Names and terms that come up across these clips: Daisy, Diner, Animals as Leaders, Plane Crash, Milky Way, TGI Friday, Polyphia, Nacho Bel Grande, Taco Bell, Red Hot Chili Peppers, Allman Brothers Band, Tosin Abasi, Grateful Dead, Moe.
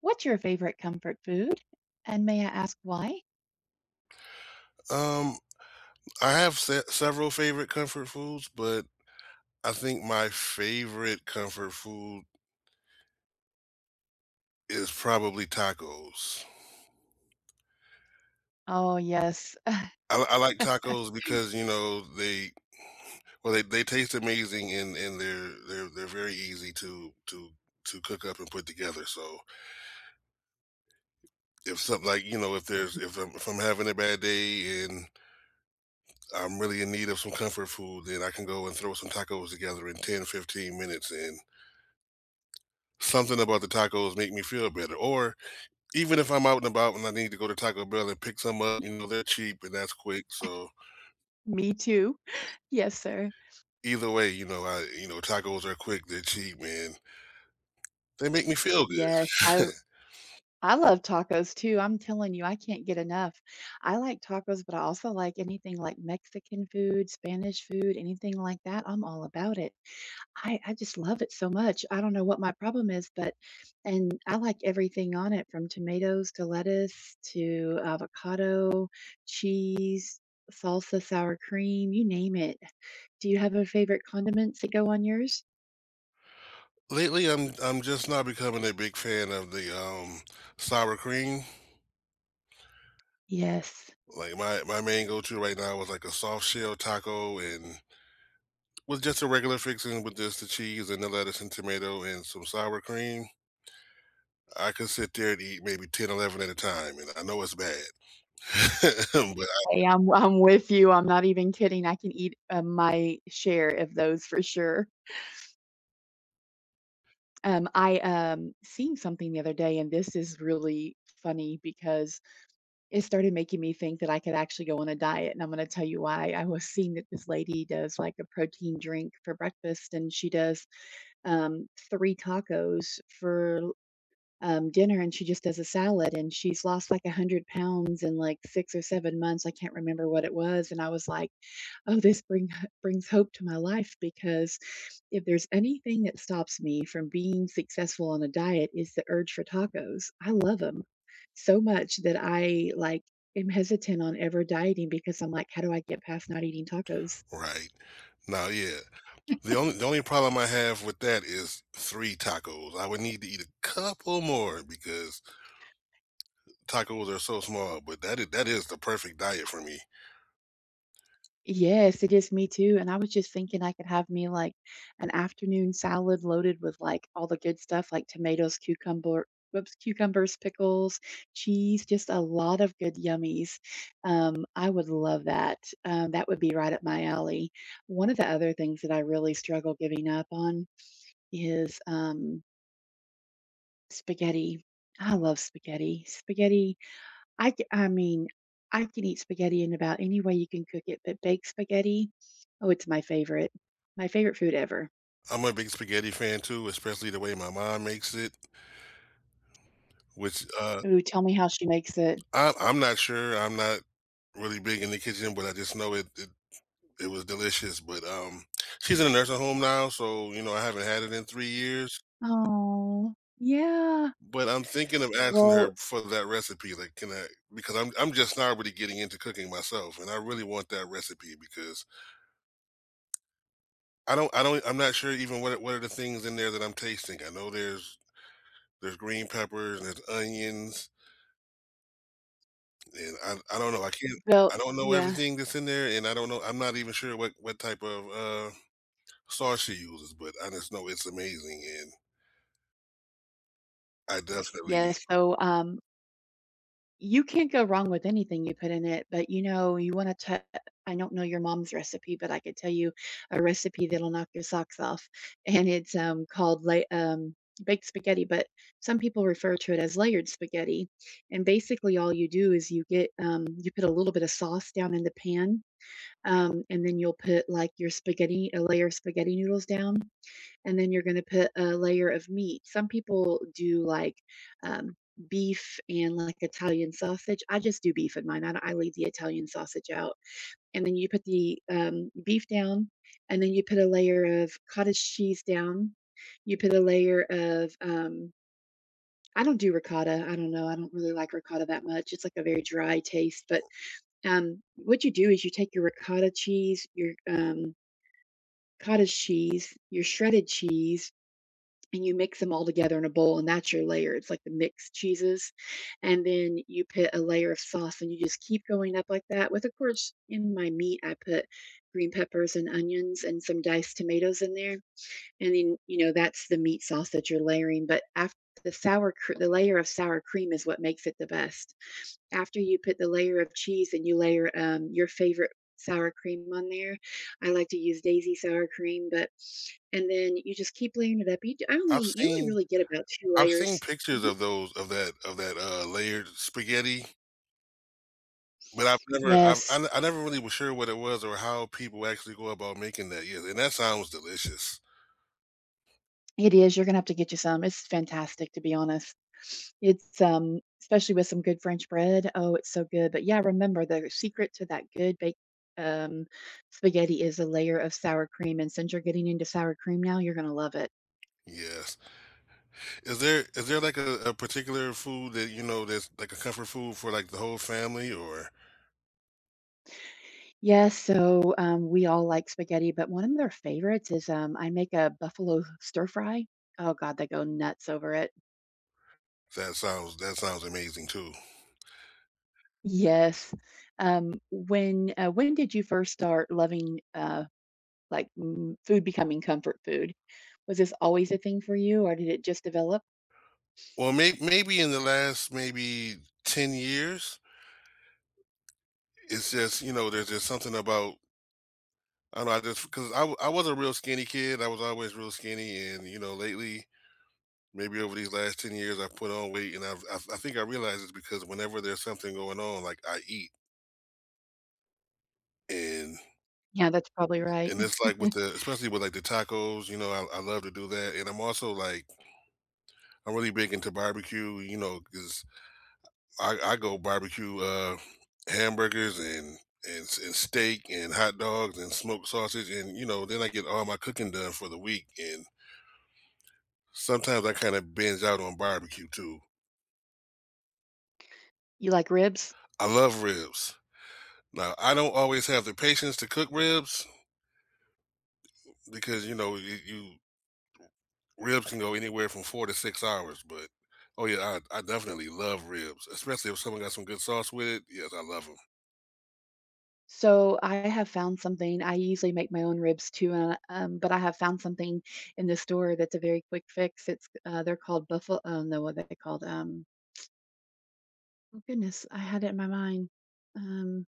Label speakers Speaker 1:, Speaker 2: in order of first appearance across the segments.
Speaker 1: What's your favorite comfort food? And may I ask why?
Speaker 2: Um, I have se several favorite comfort foods, but I think my favorite comfort food is probably tacos.
Speaker 1: Oh, yes.
Speaker 2: I like tacos because, you know, they well they taste amazing and they're very easy to to cook up and put together. So if something like, you know, if I'm having a bad day and I'm really in need of some comfort food, then I can go and throw some tacos together in 10 15 minutes and something about the tacos make me feel better. Or even if I'm out and about and I need to go to Taco Bell and pick some up, you know, they're cheap and that's quick, so
Speaker 1: Me too. Yes, sir.
Speaker 2: either way, tacos are quick, they're cheap, man. They make me feel good.
Speaker 1: Yes, I love tacos too, I'm telling you, I can't get enough. I like tacos, but I also like anything like Mexican food, Spanish food, anything like that, I'm all about it. I just love it so much, I don't know what my problem is, but and I like everything on it from tomatoes to lettuce to avocado, cheese, salsa, sour cream, you name it. Do you have a favorite condiments that go on yours?
Speaker 2: Lately, I'm just not becoming a big fan of the, sour cream.
Speaker 1: Yes.
Speaker 2: Like, my main go-to right now was like a soft shell taco and with just a regular fixing with just the cheese and the lettuce and tomato and some sour cream. I could sit there and eat maybe 10, 11 at a time, and I know it's bad, but.
Speaker 1: Hey, I'm with you. I'm not even kidding. I can eat, my share of those for sure. I, seen something the other day, and this is really funny because it started making me think that I could actually go on a diet, and I'm gonna tell you why. I was seeing that this lady does, like, a protein drink for breakfast, and she does, 3 tacos for, dinner, and she just does a salad, and she's lost, like, 100 pounds in, like, 6 or 7 months. I can't remember what it was, and I was like, "Oh, this brings hope to my life because if there's anything that stops me from being successful on a diet is the urge for tacos." I love them so much that I, like, am hesitant on ever dieting because I'm like, "How do I get past not eating tacos?"
Speaker 2: Right. Now, yeah. The only problem I have with that is 3 tacos. I would need to eat a couple more because tacos are so small, but that is the perfect diet for me.
Speaker 1: Yes, it is me too, and I was just thinking I could have me like an afternoon salad loaded with like all the good stuff like tomatoes, cucumbers, pickles, cheese, just a lot of good yummies. I would love that. That would be right up my alley. One of the other things that I really struggle giving up on is spaghetti. I love spaghetti. Spaghetti I c I mean, I can eat spaghetti in about any way you can cook it, but baked spaghetti, oh, it's my favorite. My favorite food ever.
Speaker 2: I'm a big spaghetti fan too, especially the way my mom makes it, which
Speaker 1: Ooh, tell me how she makes it.
Speaker 2: I'm not sure. I'm not really big in the kitchen, but I just know it was delicious. But she's in a nursing home now, so you know, I haven't had it in 3 years.
Speaker 1: Oh, yeah.
Speaker 2: But I'm thinking of asking
Speaker 1: Well,
Speaker 2: her for that recipe, like, can I because I'm just not really getting into cooking myself, and I really want that recipe because I'm not sure even what are the things in there that I'm tasting. I know there's green peppers and there's onions, and I don't know. I can't
Speaker 1: well,
Speaker 2: I don't know
Speaker 1: yeah.
Speaker 2: everything that's in there, and I don't know. I'm not even sure what type of sauce she uses, but I just know it's amazing, and I definitely
Speaker 1: Yes. So, you can't go wrong with anything you put in it, but, you know, you wanna I don't know your mom's recipe, but I could tell you a recipe that'll knock your socks off, and it's, called la baked spaghetti, but some people refer to it as layered spaghetti, and basically all you do is you get, you put a little bit of sauce down in the pan, and then you'll put, like, your spaghetti a layer of spaghetti noodles down and then you're gonna put a layer of meat. Some people do like um, beef and like Italian sausage. I just do beef in mine. I, don't- I leave the Italian sausage out. And then you put the beef down, and then you put a layer of cottage cheese down. You put a layer of I don't do ricotta. I don't know. I don't really like ricotta that much. It's like a very dry taste. But what you do is you take your ricotta cheese, your cottage cheese, your shredded cheese, and you mix them all together in a bowl, and that's your layer. It's like the mixed cheeses, and then you put a layer of sauce, and you just keep going up like that. With, of course, in my meat I put green peppers and onions and some diced tomatoes in there, and then, you know, that's the meat sauce that you're layering. But after the layer of sour cream is what makes it the best. After you put the layer of cheese, and you layer your favorite sour cream on there. I like to use Daisy sour cream, but and then you just keep layering it up. You d- I
Speaker 2: I've
Speaker 1: only you only
Speaker 2: seen
Speaker 1: really get about 2
Speaker 2: I've seen
Speaker 1: layers.
Speaker 2: pictures
Speaker 1: Mhm.
Speaker 2: of those of that layered spaghetti. But I've never,
Speaker 1: Yes,
Speaker 2: I never really was sure what it was or how people actually go about making that. Yes, and that sounds delicious.
Speaker 1: it is. You're gonna have to get you some. It's fantastic, to be honest. It's especially with some good French bread. Oh, it's so good. But yeah, remember the secret to that good baked um, spaghetti is a layer of sour cream. And since you're getting into sour cream now, you're gonna love it.
Speaker 2: Yes. Is there like a particular food that you know that's like a comfort food for like the whole family, or
Speaker 1: Yes, so, we all like spaghetti, but one of their favorites is, I make a buffalo stir fry. Oh god, they go nuts over it.
Speaker 2: that sounds amazing too?
Speaker 1: Yes. When when did you first start loving, food becoming comfort food? Was this always a thing for you, or did it just develop?
Speaker 2: Well, maybe in the last maybe 10 years, it's just you know there's just something about I don't know I just because I was a real skinny kid. I was always real skinny, and you know lately maybe over these last 10 years, I've put on weight, and I've I think I realize it's because whenever there's something going on, like, I eat, and
Speaker 1: Yeah, that's probably right.
Speaker 2: and it's like with the especially with, like, the tacos, you know, I love to do that, and I'm also, like I'm really big into barbecue, you know, because I go barbecue, hamburgers and s and steak and hot dogs and smoked sausage, and, you know, then I get all my cooking done for the week, and sometimes I kinda binge out on barbecue too.
Speaker 1: You like ribs?
Speaker 2: I love ribs. Now, I don't always have the patience to cook ribs, because you know you ribs can go anywhere from 4 to 6 hours. But oh yeah, I definitely love ribs, especially if someone got some good sauce with it. Yes, I love them.
Speaker 1: So I have found something. I usually make my own ribs too, but I have found something in the store that's a very quick fix. It's they're called buffalo. Oh no, what are they called? Oh goodness, I had it in my mind. Um,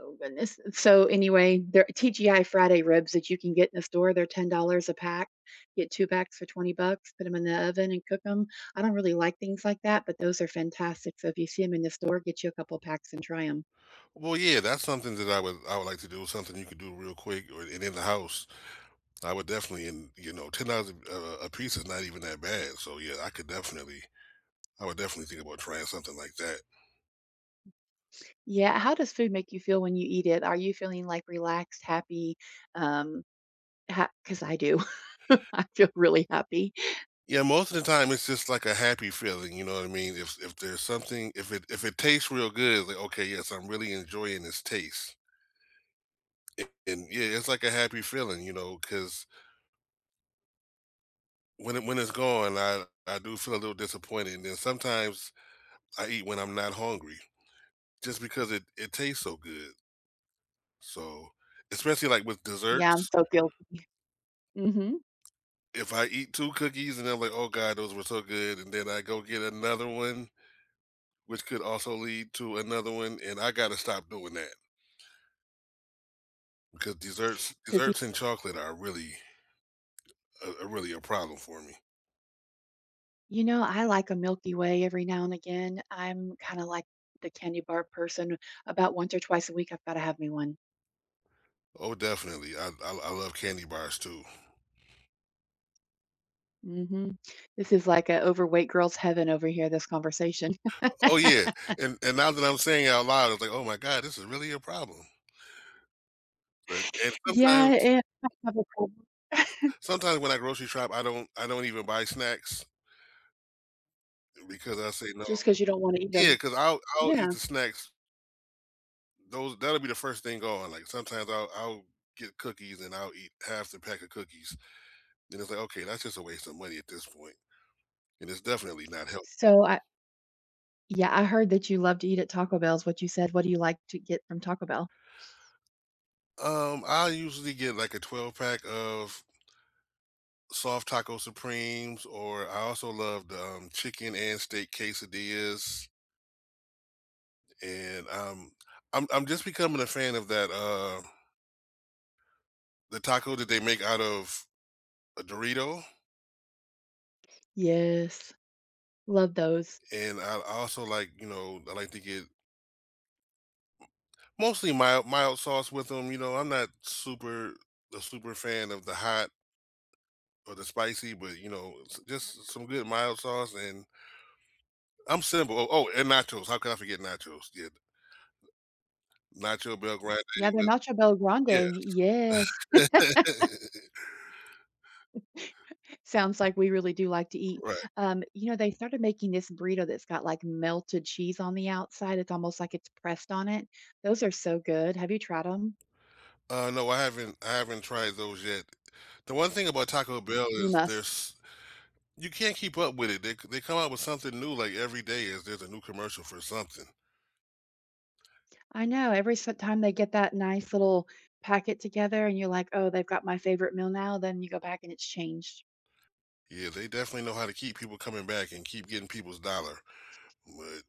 Speaker 1: oh goodness. So anyway, they're TGI Friday ribs that you can get in the store. They're $10 a pack. Get two packs for $20. Put them in the oven and cook them. I don't really like things like that, but those are fantastic. So if you see them in the store, get you a couple packs and try them.
Speaker 2: Well, yeah, that's something that I would like to do. Something you could do real quick or and in the house. I would definitely, and you know, $10 a piece is not even that bad. So yeah, I could definitely, I would definitely think about trying something like that.
Speaker 1: Yeah, how does food make you feel when you eat it? Are you feeling, like, relaxed, happy? Um, ha 'Cause I do. I feel really happy.
Speaker 2: Yeah, most of the time it's just like a happy feeling, you know what I mean? If there's something if it tastes real good, it's like okay, yes, I'm really enjoying this taste. And yeah, it's like a happy feeling, you know, because when it's gone, I do feel a little disappointed, and then sometimes I eat when I'm not hungry just because it tastes so good. So, especially, like, with
Speaker 1: Yeah, I'm
Speaker 2: desserts,
Speaker 1: so guilty. Mhm.
Speaker 2: if I eat 2 cookies and I'm like, "Oh god, those were so good," and then I go get another one, which could also lead to another one, and I gotta stop doing that because
Speaker 1: Cookie,
Speaker 2: desserts and chocolate are really, a really a problem for me.
Speaker 1: you know, I like a Milky Way every now and again. I'm kinda like the candy bar person. About once or twice a week, I've gotta have me one.
Speaker 2: Oh, definitely. I love candy bars too.
Speaker 1: Mhm. This is like a overweight girl's heaven over here, this conversation.
Speaker 2: Oh, yeah, and now that I'm saying it out loud, it's like, "Oh my god, this is really a problem." But and
Speaker 1: Yeah,
Speaker 2: sometimes
Speaker 1: and I have a problem.
Speaker 2: sometimes when I grocery shop, I don't even buy snacks because I say no.
Speaker 1: Just 'cause you don't wanna eat
Speaker 2: Yeah,
Speaker 1: them.
Speaker 2: because I 'cause I'll eat
Speaker 1: Yeah.
Speaker 2: the snacks. Those that'll be the first thing gone, like, sometimes I'll get cookies and I'll eat half the pack of cookies, and it's like, "Okay, that's just a waste of money at this point, and it's definitely not healthy."
Speaker 1: So yeah, I heard that you love to eat at Taco Bell's, what you said, "What do you like to get from Taco Bell?"
Speaker 2: I usually get, like, a 12 pack of soft taco supremes, or I also love the, chicken and steak quesadillas. And, I'm just becoming a fan of that, the taco that they make out of a Dorito,
Speaker 1: Yes, love those.
Speaker 2: and I also like, you know, I like to get mostly mild sauce with them. You know, I'm not super a super fan of the hot or the spicy, but, you know, s just some good mild sauce, and I'm simple. Oh, oh, and nachos, how could I forget nachos? Yeah, nacho bel grande
Speaker 1: Yeah, they're
Speaker 2: with
Speaker 1: Nacho Bel
Speaker 2: yeah.
Speaker 1: Grande, yes. Sounds like we really do like to eat.
Speaker 2: Right.
Speaker 1: You know, they started making this burrito that's got, like, melted cheese on the outside, it's almost like it's pressed on it. Those are so good. Have you tried them?
Speaker 2: No, I haven't tried those yet. The one thing about Taco Bell
Speaker 1: You
Speaker 2: is
Speaker 1: must.
Speaker 2: there's you can't keep up with it. They come out with something new, like, every day is there's a new commercial for something.
Speaker 1: I know, every s time they get that nice little packet together and you're like, "Oh, they've got my favorite meal now," then you go back and it's changed.
Speaker 2: Yeah, they definitely know how to keep people coming back and keep getting people's dollar, but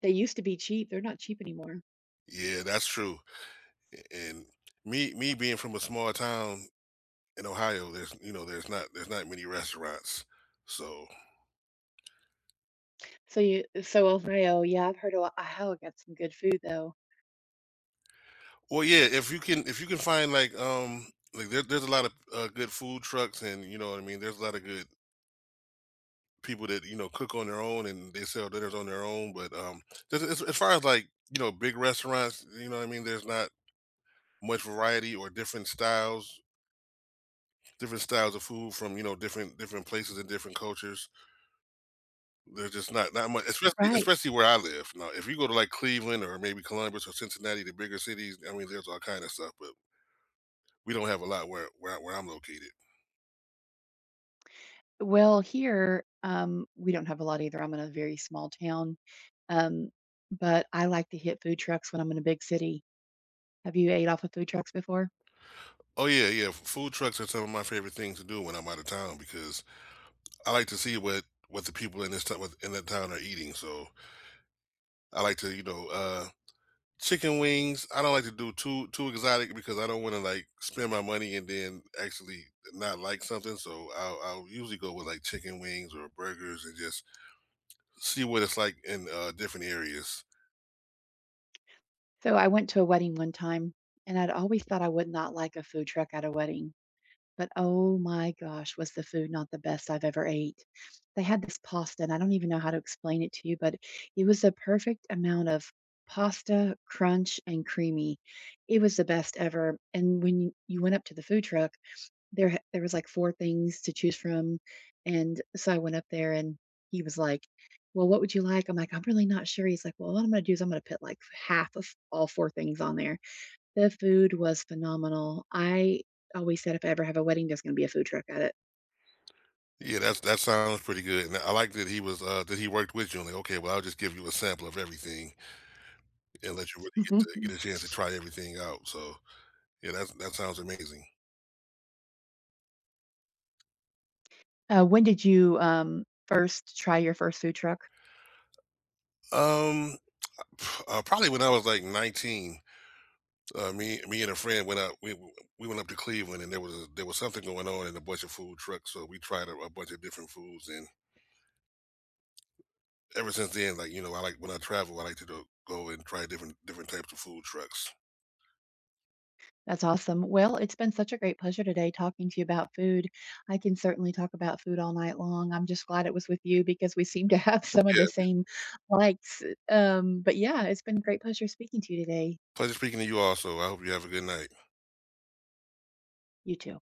Speaker 1: They used to be cheap, they're not cheap anymore.
Speaker 2: yeah, that's true, and me being from a small town in Ohio, there's, you know, there's not many restaurants, so
Speaker 1: So you so Ohio, yeah, I've heard of Ohio got some good food though.
Speaker 2: well, yeah, if you can find, like, there's a lot of, good food trucks and, you know what I mean, there's a lot of good people that you know cook on their own and they sell dinners on their own. But just as far as like you know, big restaurants, you know, what I mean, there's not much variety or different styles of food from you know different places and different cultures. There's just not much,
Speaker 1: Right.
Speaker 2: especially where I live. Now, if you go to like Cleveland or maybe Columbus or Cincinnati, the bigger cities, I mean, there's all kind of stuff, but we don't have a lot where I'm located.
Speaker 1: Well, here, we don't have a lot either. I'm in a very small town. Um, but I like to hit food trucks when I'm in a big city. Have you ate off of food trucks before?
Speaker 2: Oh yeah, yeah. Food trucks are some of my favorite things to do when I'm out of town because I like to see what the people in that town are eating. So I like to, you know, chicken wings. I don't like to do too exotic because I don't want to like spend my money and then actually not like something. So I'll usually go with like chicken wings or burgers and just see what it's like in different areas.
Speaker 1: So I went to a wedding one time, and I'd always thought I would not like a food truck at a wedding. But, oh my gosh, was the food not the best I've ever ate. They had this pasta, and I don't even know how to explain it to you, but it was the perfect amount of pasta, crunch, and creamy. It was the best ever, and when you went up to the food truck, there was, like, 4 things to choose from, and so I went up there, and he was like, "Well, what would you like?" I'm like, "I'm really not sure." He's like, "Well, what I'm gonna do is I'm gonna put, like, half of all 4 things on there." The food was phenomenal. I always said if I ever have a wedding, there's gonna be a food truck at it.
Speaker 2: Yeah, that's that sounds pretty good. And I like that he was that he worked with you and like, okay, well, I'll just give you a sample of everything. And let you really get to get a chance to try everything out, so, yeah, that's that sounds amazing.
Speaker 1: When did you, first try your first food truck?
Speaker 2: Um, probably when I was, like, 19, me and a friend went up we went up to Cleveland, and there was a there was something going on in a bunch of food trucks, so we tried a bunch of different foods, and ever since then, like, you know, I like when I travel, I like to do go and try different types of food trucks.
Speaker 1: That's awesome. Well, it's been such a great pleasure today talking to you about food. I can certainly talk about food all night long. I'm just glad it was with you because we seem to have some of
Speaker 2: Yeah,
Speaker 1: the same likes, but yeah, it's been a great pleasure speaking to you today.
Speaker 2: pleasure speaking to you also, I hope you have a good night.
Speaker 1: You too.